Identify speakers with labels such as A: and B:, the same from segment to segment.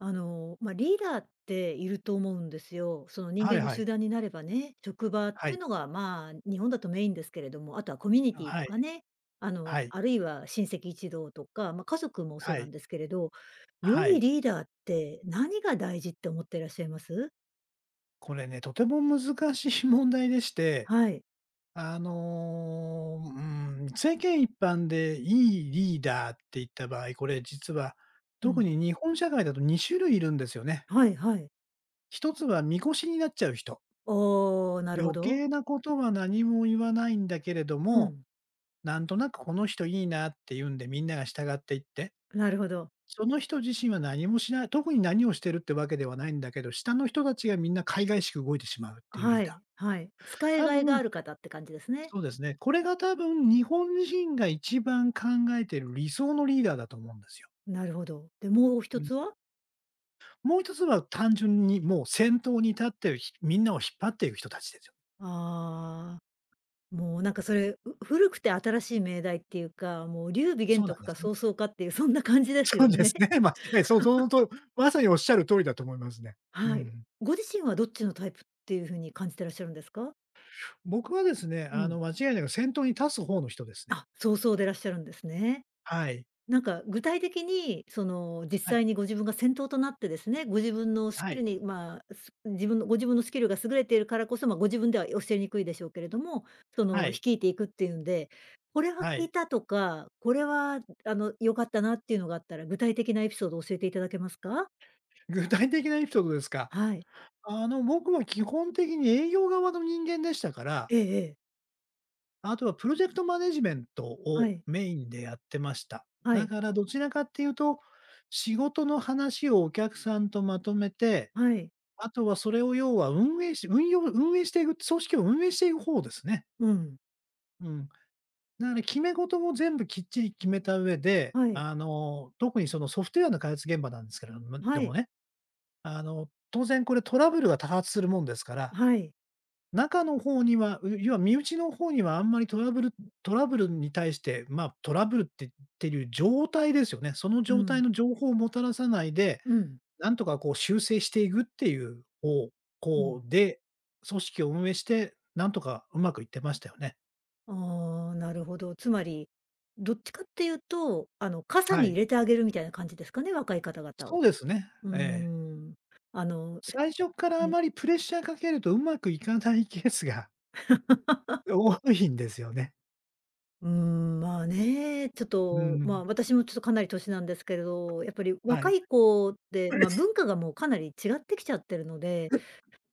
A: まあ、リーダーっていると思うんですよ。その人
B: はい
A: 間が
B: は
A: 集
B: い。
A: 団になればね、職場っ
B: は
A: てい
B: い。
A: うのが、まあ、日本だとメインですけれども、あとはコミュニティ
B: は
A: と
B: い。
A: かね、
B: はい。
A: あるいは親戚一同とか、まあ、家族もそう
B: は
A: な
B: い。
A: んですけれど、
B: は
A: 良い
B: い。
A: リーダーって何が大事って思ってらっしゃいます？
B: これね、とても難しい 問題でして、
A: はい。
B: 世間一般でいいリーダーって言った場合、これ実は
A: う
B: 特
A: ん。
B: に日本社会だと2種類いるんですよね。
A: はいはい。
B: 一つは越しになっちゃう人。
A: おお、なるほ
B: 余
A: ど。
B: 計なことは何も言わないんだけれど
A: う
B: も、
A: ん。
B: なんとなくこの人いいなって言うんでみんなが従っていって、
A: なるほど。
B: その人自身は何もしない、特に何をしてるってわけではないんだけど、下の人たちがみんな海外しく動いてしまうっていうリー
A: は
B: ダ
A: い、
B: ー。
A: はい。使い
B: 多
A: がいが
B: 分、
A: ある方って感じですね。
B: そうですね、これが多分日本人が一番考えてる理想のリーダーだと思うんですよ。
A: なるほど。で、もう一
B: うん。
A: つは？
B: もう一つは単純にもう先頭に立ってみんなを引っ張っていく人たちですよ。
A: ああー。もうなんかそれ、古くて新しい命題っていうか、もう劉備
B: そ
A: 玄
B: うなん
A: 徳
B: で
A: か
B: すね。
A: 曹操かっていうそんな感じです
B: そう
A: よ
B: で
A: ね。
B: すね、間違いない、そう、そのとまさにおっしゃる通りだと思いますね。う
A: はい。
B: ん。
A: ご自身はどっちのタイプっていう風に感じてらっしゃるんですか？
B: 僕はですね、
A: うん。
B: 間違いなく先頭に立つ方の人ですね。
A: あ、曹操でらっしゃるんですね。
B: はい。
A: なんか具体的に、実
B: はい。
A: 際にご自分が先頭となってですね、ご自分のス
B: は
A: キル
B: い。
A: に、まあ、自分のご自分のスキルが優れているからこそ、ご自分では教えにくいでしょうけれども、
B: はい。
A: 率いていくっていうんで、これは
B: は
A: 聞い
B: い。
A: たとか、これは、良かったなっていうのがあったら、具体的なエピソードを教えていただけますか？
B: 具体的なエピソードですか。
A: はい。
B: 僕は基本的に営業側の人間でしたから、
A: ええええ。
B: あとはプロジェクトマネジメント
A: は
B: を
A: い。
B: メインでやってました。
A: は
B: だ
A: い。
B: からどちらかっていうと、仕事の話をお客さんとまとめて、
A: はい。
B: あとはそれを要は運用運営していく、組織を運営していく方ですね。
A: うん。
B: うん。だから決め事も全部きっちり決めた上で、
A: はい。
B: あの、特にそのソフトウェアの開発現場なんですけれども
A: は
B: ども
A: い。
B: ね、あの、当然これトラブルが多発するもんですから、
A: はい。
B: 中の方には、要は身内の方にはあんまりトラブルに対して、まあ、トラブルってっていう状態ですよね。その
A: う
B: 状
A: ん。
B: 態の情報をもたらさないで、
A: うん。
B: なんとかこう修正していくっていう方
A: う
B: 向
A: ん。
B: で、組織を運営して、なんとかうまくいってましたよね。
A: ああ、なるほど。つまり、どっちかっていうと、傘
B: は
A: に入
B: い。
A: れてあげるみたいな感じですかね、若い方々
B: そ
A: を。
B: うですね。
A: うー
B: ええ。
A: ん。あの、
B: 最初からあ
A: はい。
B: まりプレッシャーかけるとうまくいかないケースが 多いんですよね。
A: うーん、まあね、ちょっ
B: う
A: と、ま
B: ん。
A: あ、私もちょっとかなり年なんですけれど、やっぱり
B: は
A: 若
B: い。
A: い子って、まあ、文化がもうかなり違ってきちゃってるので、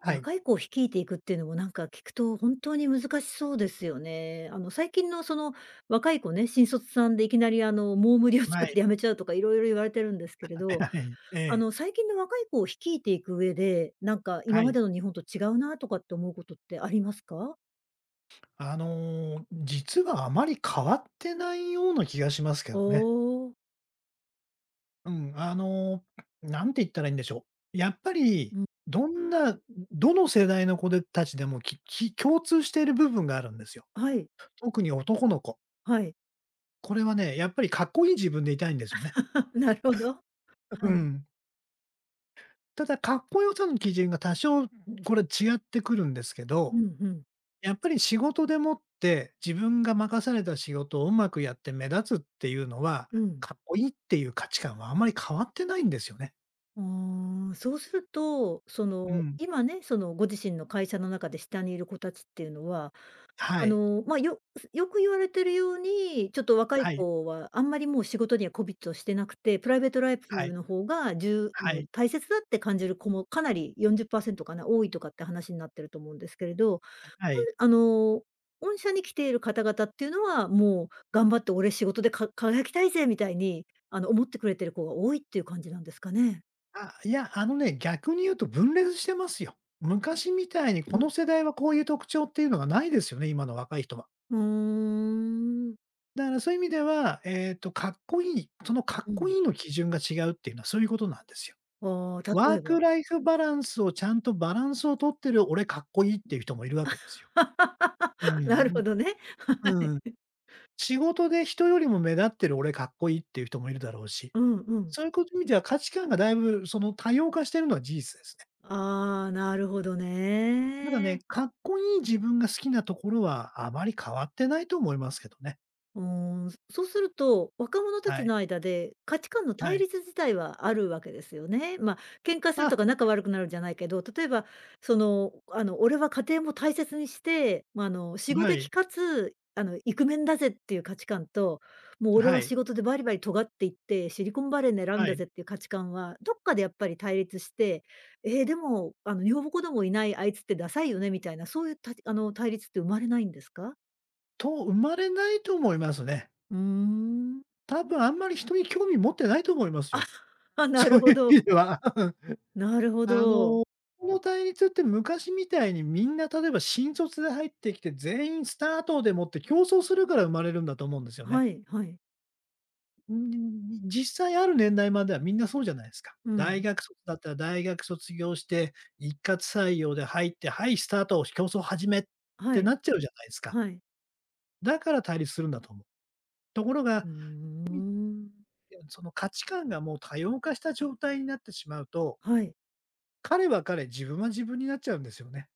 B: はい。
A: 若い子を率いていくっていうのもなんか聞くと本当に難しそうですよね。最近のその若い子ね、新卒さんでいきなりもう無理を使
B: は
A: って
B: い。
A: 辞めちゃうとかいろいろ言われてるんですけれど、
B: はい。ええ。
A: 最近の若い子を率いていく上で、なんか今
B: は
A: ま
B: い。
A: での日本と違うなとかって思うことってありますか？
B: 実はあまり変わってないような気がしますけ
A: お
B: どね。
A: お、
B: うん、あの、なんて言ったらいいんでしょう。やっぱり、
A: うん、
B: どんなどの世代の子たちでも、共通している部分があるんですよ。
A: はい、
B: 特に男の子。
A: はい。
B: これはね、やっぱりかっこいい自分でいたいんですよね。
A: なるほど。は
B: う
A: い。
B: ん。ただ、かっこよさの基準が多少これ違ってくるんですけ
A: う
B: ど、
A: んうん。
B: やっぱり仕事でもって、自分が任された仕事をうまくやって目立つっていうのは、
A: うん。
B: かっこいいっていう価値観はあんまり変わってないんですよね。
A: ああ、そうすると、
B: うん。
A: 今ね、そのご自身の会社の中で下にいる子たちっていうのは、
B: はい。
A: まあ、よく言われてるように、ちょっと若い
B: はい。
A: 子はあんまりもう仕事にはコミットしてなくて、プライベートライ
B: は
A: フ
B: い。
A: の方がじあ
B: は
A: の、
B: い。
A: 大切だって感じる子もかなり40%かな、多いとかって話になってると思うんですけれど、
B: はい。
A: あの、御社に来ている方々っていうのは、もう頑張って俺仕事で輝きたいぜみたいに、思ってくれてる子が多いっていう感じなんですかね？
B: あ、いや、あのね、逆に言うと分裂してますよ。昔みたいにこ
A: うん。
B: の世代はこういう特徴っていうのがないですよね、今の若い人は。
A: うーん。
B: だからそういう意味では、かっこいい、かっ
A: う
B: こ
A: ん。
B: いいの基準が違うっていうのはそういうことなんですよ。
A: ああ、
B: ワ
A: 例
B: ー
A: え
B: ク
A: ば。
B: ライフバランスをちゃんとバランスを取ってる俺かっこいいっていう人もいるわけですよ。うん う
A: なる
B: ん。
A: ほどね。
B: うん。仕事で人よりも目立ってる俺かっこいいっていう人もいるだろうし、
A: うんうん。
B: そういうこと見ては価値観がだいぶその多様化してるのは事実ですね。
A: ああ、なるほど
B: ただね、
A: ね。
B: かっこいい自分が好きなところはあまり変わってないと思いますけどね。
A: うーん、そうすると、若者た
B: は
A: ち
B: い。
A: の間で価値観の
B: は
A: 対
B: い。
A: 立自体はあるわけですよね。まあ、喧嘩すると
B: あ、
A: か仲悪くなるんじゃないけど、例えば俺は家庭も大切にして、まあ、しご
B: はい。
A: 的かつ、イクメンだぜっていう価値観と、もう俺
B: は
A: は仕
B: い。
A: 事でバリバリ尖っていって、シリコンバレー狙うん
B: は
A: だ
B: い。
A: ぜっていう価値観は、どっかでやっぱり対立して、でも、女房子供いないあいつってダサいよねみたいな、そういうたあの、対立って生まれないんですか？
B: と、生まれないと思いますね。
A: うーん。
B: 多分あんまり人に興味持ってないと思いますよ。
A: あ、な
B: そう
A: る
B: い
A: ほ
B: う意
A: ど。
B: 味では。
A: なるほ
B: あ
A: ど。
B: の、この対立って昔みたいにみんな例えば新卒で入ってきて、全員スタートでもって競争するから生まれるんだと思うんですよね。
A: はいはい。
B: ん、実際ある年代まではみんなそうじゃないですか。
A: う
B: 大
A: ん。
B: 学卒だったら大学卒業して、一括採用で入って、はい、スタート、競争始めっ
A: は
B: て
A: い、
B: なっちゃうじゃないですか。
A: はい。
B: だから対立するんだと思う。ところ
A: う
B: が、
A: ーん。
B: その価値観がもう多様化した状態になってしまうと、
A: はい。
B: 彼は彼、自分は自分になっちゃうんですよね。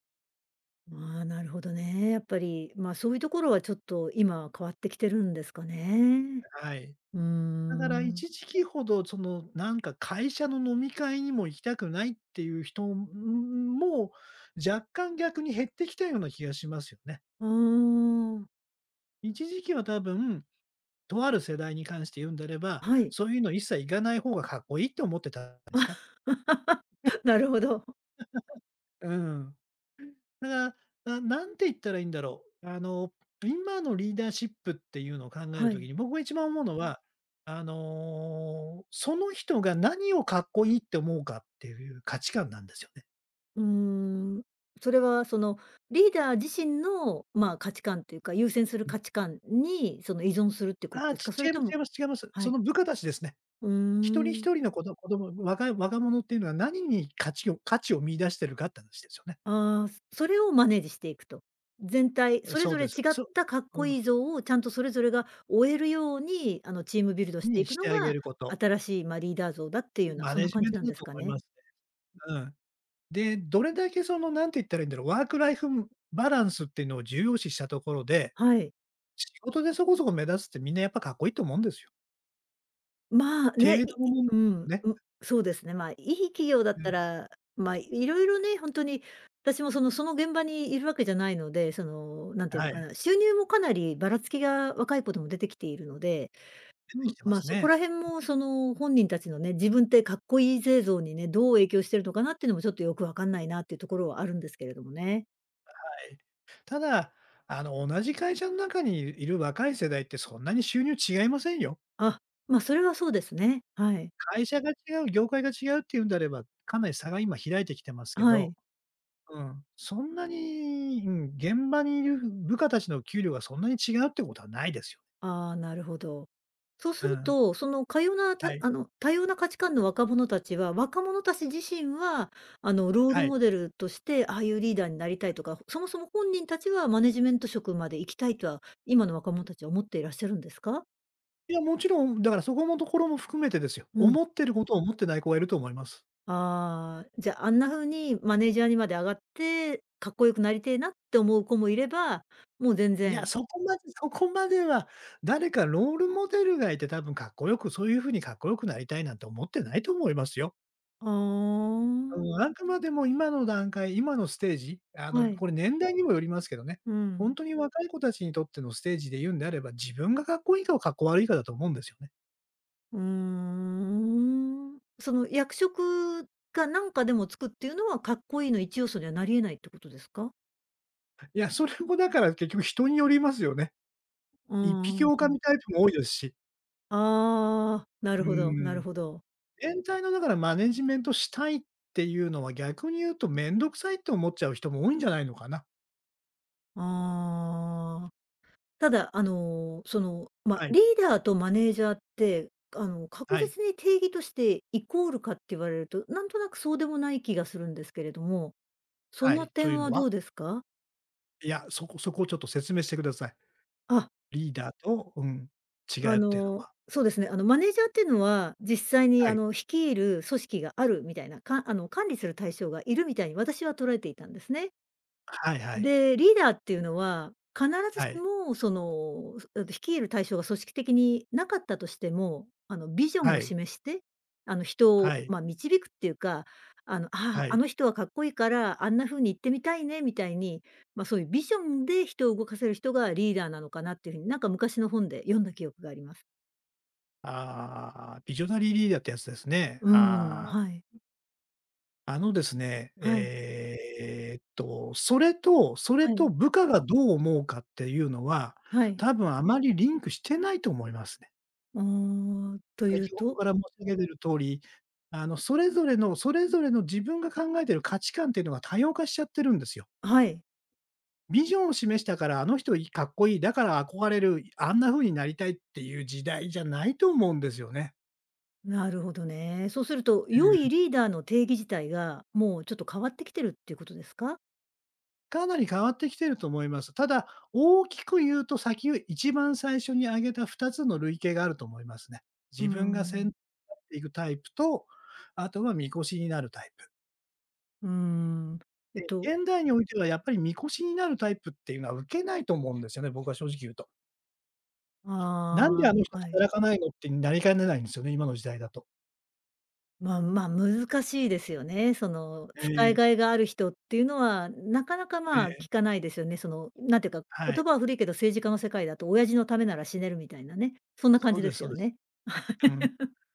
A: まあ、なるほどね。やっぱり、まあ、そういうところはちょっと今変わってきてるんですかね。
B: はい。
A: うー
B: だから
A: ん。
B: 一時期ほど、その、なんか会社の飲み会にも行きたくないっていう人も、若干逆に減ってきたような気がしますよね。
A: ああ、
B: 一時期は多分、とある世代に関して言うんであれば、
A: はい。
B: そういうの一切行かない方がかっこいいって思ってたんで
A: あ
B: すか。
A: なるほど。
B: うん。だから、んて言ったらいいんだろう。あの、今のリーダーシップっていうのを考える
A: は
B: とき
A: い。
B: に、僕が一番思うのは、あの、その人が何をかっこいいって思うかっていう価値観なんですよね。
A: うーん。それはそのリーダー自身の、まあ、価値観というか、優先する価値観に依存するってこ
B: あ
A: と
B: あ、
A: ですか？そ
B: 違
A: れ
B: いま
A: と
B: す
A: も
B: 違います違います。
A: は
B: そ
A: い。
B: の部下たちですね。
A: う
B: 一人
A: ーん。
B: 一人の子供、若者っていうのは何に価値を見出してるかって話ですよね。
A: ああ、それをマネージしていくと。全体、
B: う
A: それ
B: そう
A: ぞれ
B: です。
A: 違っ
B: そ
A: たかっ
B: う、う
A: こ
B: ん、
A: いい像をちゃんとそれぞれが追えるように、チームビルドして
B: に
A: いく
B: して
A: の
B: あげ
A: が、
B: ること。
A: 新しい、リーダー像だっていうような、
B: マ
A: そん
B: ネ
A: な
B: ジ
A: 感
B: メン
A: じな
B: ト
A: ん
B: だ
A: です
B: と
A: か
B: 思い
A: ね。
B: ますね。うん。で、どれだけその、なんて言ったらいいんだろう、ワークライフバランスっていうのを重要視したところで、
A: はい。
B: 仕事でそこそこ目立つってみんなやっぱかっこいいと思うんですよ。
A: まあ、
B: 程
A: ね、
B: 度のもん
A: うん、
B: ね。
A: うん、そうですね。まあ、いい企業だっ
B: う
A: た
B: ん、
A: ら、まあ、いろいろね、ほんとに、私もその現場にいるわけじゃないので、なんていう
B: は
A: の
B: い、
A: か
B: 出
A: な、収入もかなりばらつきが若い子でも出てきているので
B: て
A: う
B: き
A: ん、
B: てます
A: そこ
B: ね。
A: ら辺もその本人たちのね、自分ってかっこいい製造にね、どう影響してるのかなっていうのもちょっとよくわかんないなっていうところはあるんですけれどもね。
B: ただ、あの、同じ会社の中にいる若い世代ってそんなに収入違いませんよ。
A: あ、それはそうですね。はい。
B: 会社が違う、業界が違うっていうんであれば、かなり差が今開いてきてますけ
A: は
B: ど、
A: い。
B: うん、そんなに、うん、現場にいる部下たちの給料がそんなに違うってことはないですよ。
A: ああ、なるほど。そう
B: う
A: する
B: ん。
A: と、その
B: はい。
A: 多様な価値観の若者たちは、若者たち自身は、ロール
B: はい。
A: モデルとして、ああいうリーダーになりたいとか、そもそも本人たちはマネジメント職まで行きたいとは、今の若者たちは思っていらっしゃるんですか？
B: いや、もちろん、だからそこのところも含めてですよ。
A: うん。
B: 思ってることを思ってない子がいると思います。
A: ああ、じゃあ、あんな風にマネージャーにまで上がって、かっこよくなりてえなって思う子もいれば、もう全
B: いや、
A: 然。
B: そこまでは、誰かロールモデルがいて、多分かっこよく、そういう風にかっこよくなりたいなんて思ってないと思いますよ。
A: あ
B: うん、
A: あ、
B: あくまでも今の段階、今のステージ、あ
A: は
B: の、
A: い。
B: これ年代にもよりますけどね、
A: うん。
B: 本当に若い子たちにとってのステージで言うんであれば、自分がかっこいいか、かっこ悪いかだと思うんですよね。
A: うーん。その役職がなんかでもつくっていうのは、かっこいいの一要素にはなり得ないってことですか？
B: いや、それもだから結局人によりますよね。
A: うー
B: 一
A: ん、
B: 匹
A: は
B: 狼
A: い。
B: タイプも多いですし。
A: ああ、なる
B: う
A: ほどな
B: ん。
A: るほど。
B: 全体のだからマネジメントしたいっていうのは、逆に言うとめんどくさいって思っちゃう人も多いんじゃないのかな。
A: ああ。ただ、まあ、
B: はい、
A: リーダーとマネージャーって、確
B: はい、
A: 実に定義としてイコールかって言われると、なんとなくそうでもない気がするんですけれども、そ
B: は
A: の
B: い。と
A: 点
B: いうの
A: はど
B: は？
A: うですか？
B: いや、そこをちょっと説明してください。
A: あ、
B: リーダーとうん、違うっていうのは。
A: そうですね、マネージャーっていうのは、実際に、
B: はい。
A: 率いる組織があるみたいな、かあの、管理する対象がいるみたいに私は捉えていたんですね。
B: はいはい。
A: で、リーダーっていうのは、必ず
B: は
A: し
B: い。
A: も率いる対象が組織的になかったとしても、ビジョン
B: は
A: を
B: い。
A: 示して、人を、
B: はい。
A: まあ、導くっていうか、ああ、
B: は
A: あ
B: い。
A: の人はかっこいいから、あんな風に行ってみたいねみたいに、まあ、そういうビジョンで人を動かせる人がリーダーなのかなっていう風に、なんか昔の本で読んだ記憶があります。
B: ああ、ビジョナリーリーダーってやつですね。
A: うんうん、
B: ああ。
A: はい。
B: あのですね、
A: はい。
B: えーっと、それとそれ
A: は
B: と
A: い。
B: 部下がどう思うかっていうのは、
A: はい。
B: 多分あまりリンクしてないと思いますね。
A: ああ、とい
B: 先
A: う
B: ほど
A: と？
B: から申し上げてる通り、あの、それぞれの自分が考えてる価値観っていうのが多様化しちゃってるんですよ。
A: はい。
B: ビジョンを示したから、あの人いかっこいい、だから憧れる、あんな風になりたいっていう時代じゃないと思うんですよね。
A: なるほどね。そうすると、
B: う
A: 良い
B: ん。
A: リーダーの定義自体が、もうちょっと変わってきてるっていうことですか？
B: かなり変わってきてると思います。ただ、大きく言うと先を一番最初に挙げた2つの類型があると思いますね。
A: うー
B: 自分が先頭に
A: ん。
B: 立っていくタイプと、あとは越しになるタイプ。
A: うーん。えっ
B: で、
A: と、
B: 現代においてはやっぱりみこしになるタイプっていうのは受けないと思うんですよね、僕は正直言うと。なんで
A: あ
B: あの人
A: あ、はい。
B: 働かないのってなりかねないんですよね、今の時代だと。
A: まあまあ、難しいですよね。
B: え
A: 使い
B: え、
A: がいがある人っていうのは、なかなか、
B: え
A: まあ、
B: え、
A: 聞かないですよね。なんていうか、
B: はい。
A: 言葉は古いけど政治家の世界だと親父のためなら死ねるみたいなね、そんな感
B: そう
A: じで
B: です
A: す
B: そう
A: よ
B: です。
A: ね。
B: うん。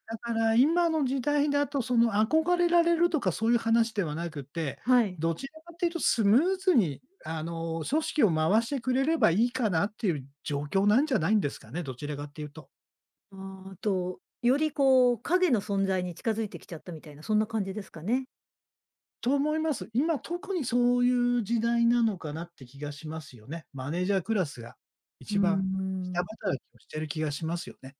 B: だから今の時代だと、その憧れられるとかそういう話ではなくて、
A: はい。
B: どちらかっていうとスムーズにあの組織を回してくれればいいかなっていう状況なんじゃないんですかね、どちらかっていうと。
A: あーと、よりこう、影の存在に近づいてきちゃったみたいな、そんな感じですかね？
B: と思います。今、特にそういう時代なのかなって気がしますよね。マネージャークラスが
A: うー
B: 一番下
A: ん。
B: 働きをしてる気がしますよね。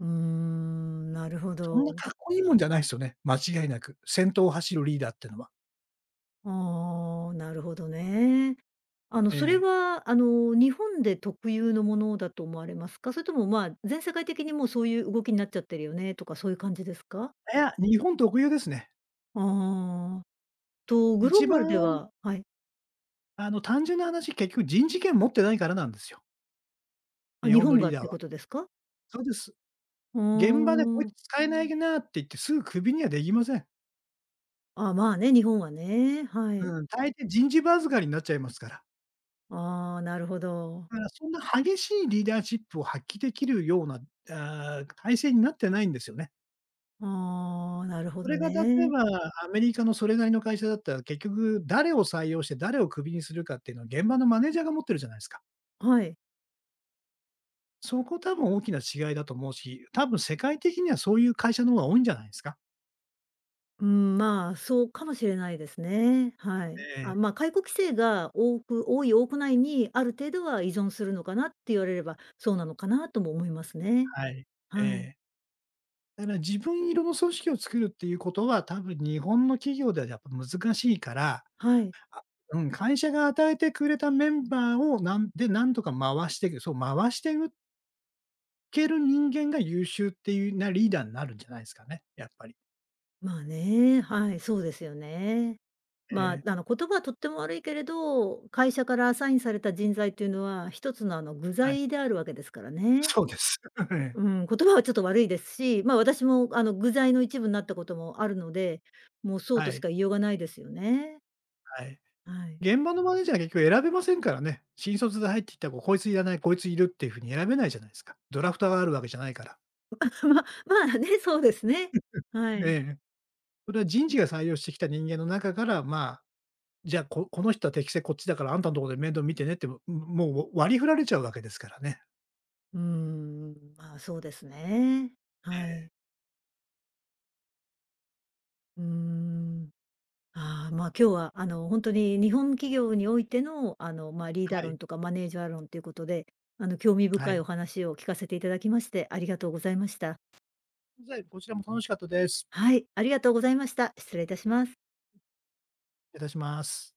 A: うーん、なるほ
B: そんな
A: ど。
B: かっこいいもんじゃないですよね、間違いなく。先頭を走るリーダーってのは。
A: ああ、なるほどね。
B: え
A: それ
B: え。
A: は、日本で特有のものだと思われますか？それとも、まあ、全世界的にもうそういう動きになっちゃってるよねとか、そういう感じですか？
B: いや、日本特有ですね。
A: ああ。と、グ
B: 一
A: ローバルで
B: 番、
A: ははい。
B: あの、単純な話、結局人事権持ってないからなんですよ、
A: あ、
B: 日
A: 日
B: 本の
A: 本が
B: リー
A: っ
B: ダーは。
A: てことですか？
B: そうです。
A: う
B: 現場でこい
A: ーん。
B: つ使えないなって言って、すぐクビにはできません。
A: あ、まあね、日本はね、はい。
B: うん、大抵人事ば預かりになっちゃいますから。
A: ああ、なるほど。
B: だからそんな激しいリーダーシップを発揮できるような、ああ、体制になってないんですよね。
A: ああ、なるほ
B: そ
A: ど
B: れが例え
A: ね。
B: ば、アメリカのそれなりの会社だったら、結局誰を採用して誰をクビにするかっていうのは、現場のマネージャーが持ってるじゃないですか。
A: はい。
B: そこ多分大きな違いだと思うし、多分世界的にはそういう会社の方が多いんじゃないですか。
A: うん、まあ、そうかもしれないですね。はい。
B: ええ、
A: あ、まあ、解雇規制が多くないに、ある程度は依存するのかなって言われれば、そうなのかなとも思いますね。
B: はい。え
A: はい。
B: え。だから自分色の組織を作るっていうことは、多分日本の企業ではやっぱ難しいから、
A: はい。
B: うん、会社が与えてくれたメンバーを、なんとか回していく回して受ける人間が優秀っていうなリーダーになるんじゃないですかね、やっぱり。
A: まあね、はい、そうですよね。
B: え
A: ま
B: え、
A: あ、言葉はとっても悪いけれど、会社からアサインされた人材っていうのは、一つの、具
B: はい。
A: 材 であるわけですからね。
B: そうです。ええ、
A: うん、言葉はちょっと悪いですし、私も、具材の一部になったこともあるので、もうそう
B: は
A: とし
B: い、
A: か言いようがないですよね。
B: はい。
A: はい。
B: 現場のマネージャーは結局選べませんからね。新卒で入ってきた子、こいついらない、こいついるっていう風に選べないじゃないですか。ドラフトがあるわけじゃないから。
A: まあね、そうですね。はい。
B: ええ。それは人事が採用してきた人間の中から、まあ、じゃあ、ここの人は適性こっちだから、あんたのところで面倒見てねって、もう割り振られちゃうわけですからね。
A: うーん、まあ、そうですね。
B: え
A: はい。
B: え、
A: うーん。ああ、まあ、今日は、ほんとに日本企業においての、まあ、リーダー
B: はい。
A: 論とかマネージャー論ということで、興味
B: は
A: 深
B: い。
A: いお話を聞かせていただきまして、ありがとうございました。
B: じゃあこちらも楽しかったです。
A: はい、ありがとうございました。失礼いたします。
B: 失礼いたします。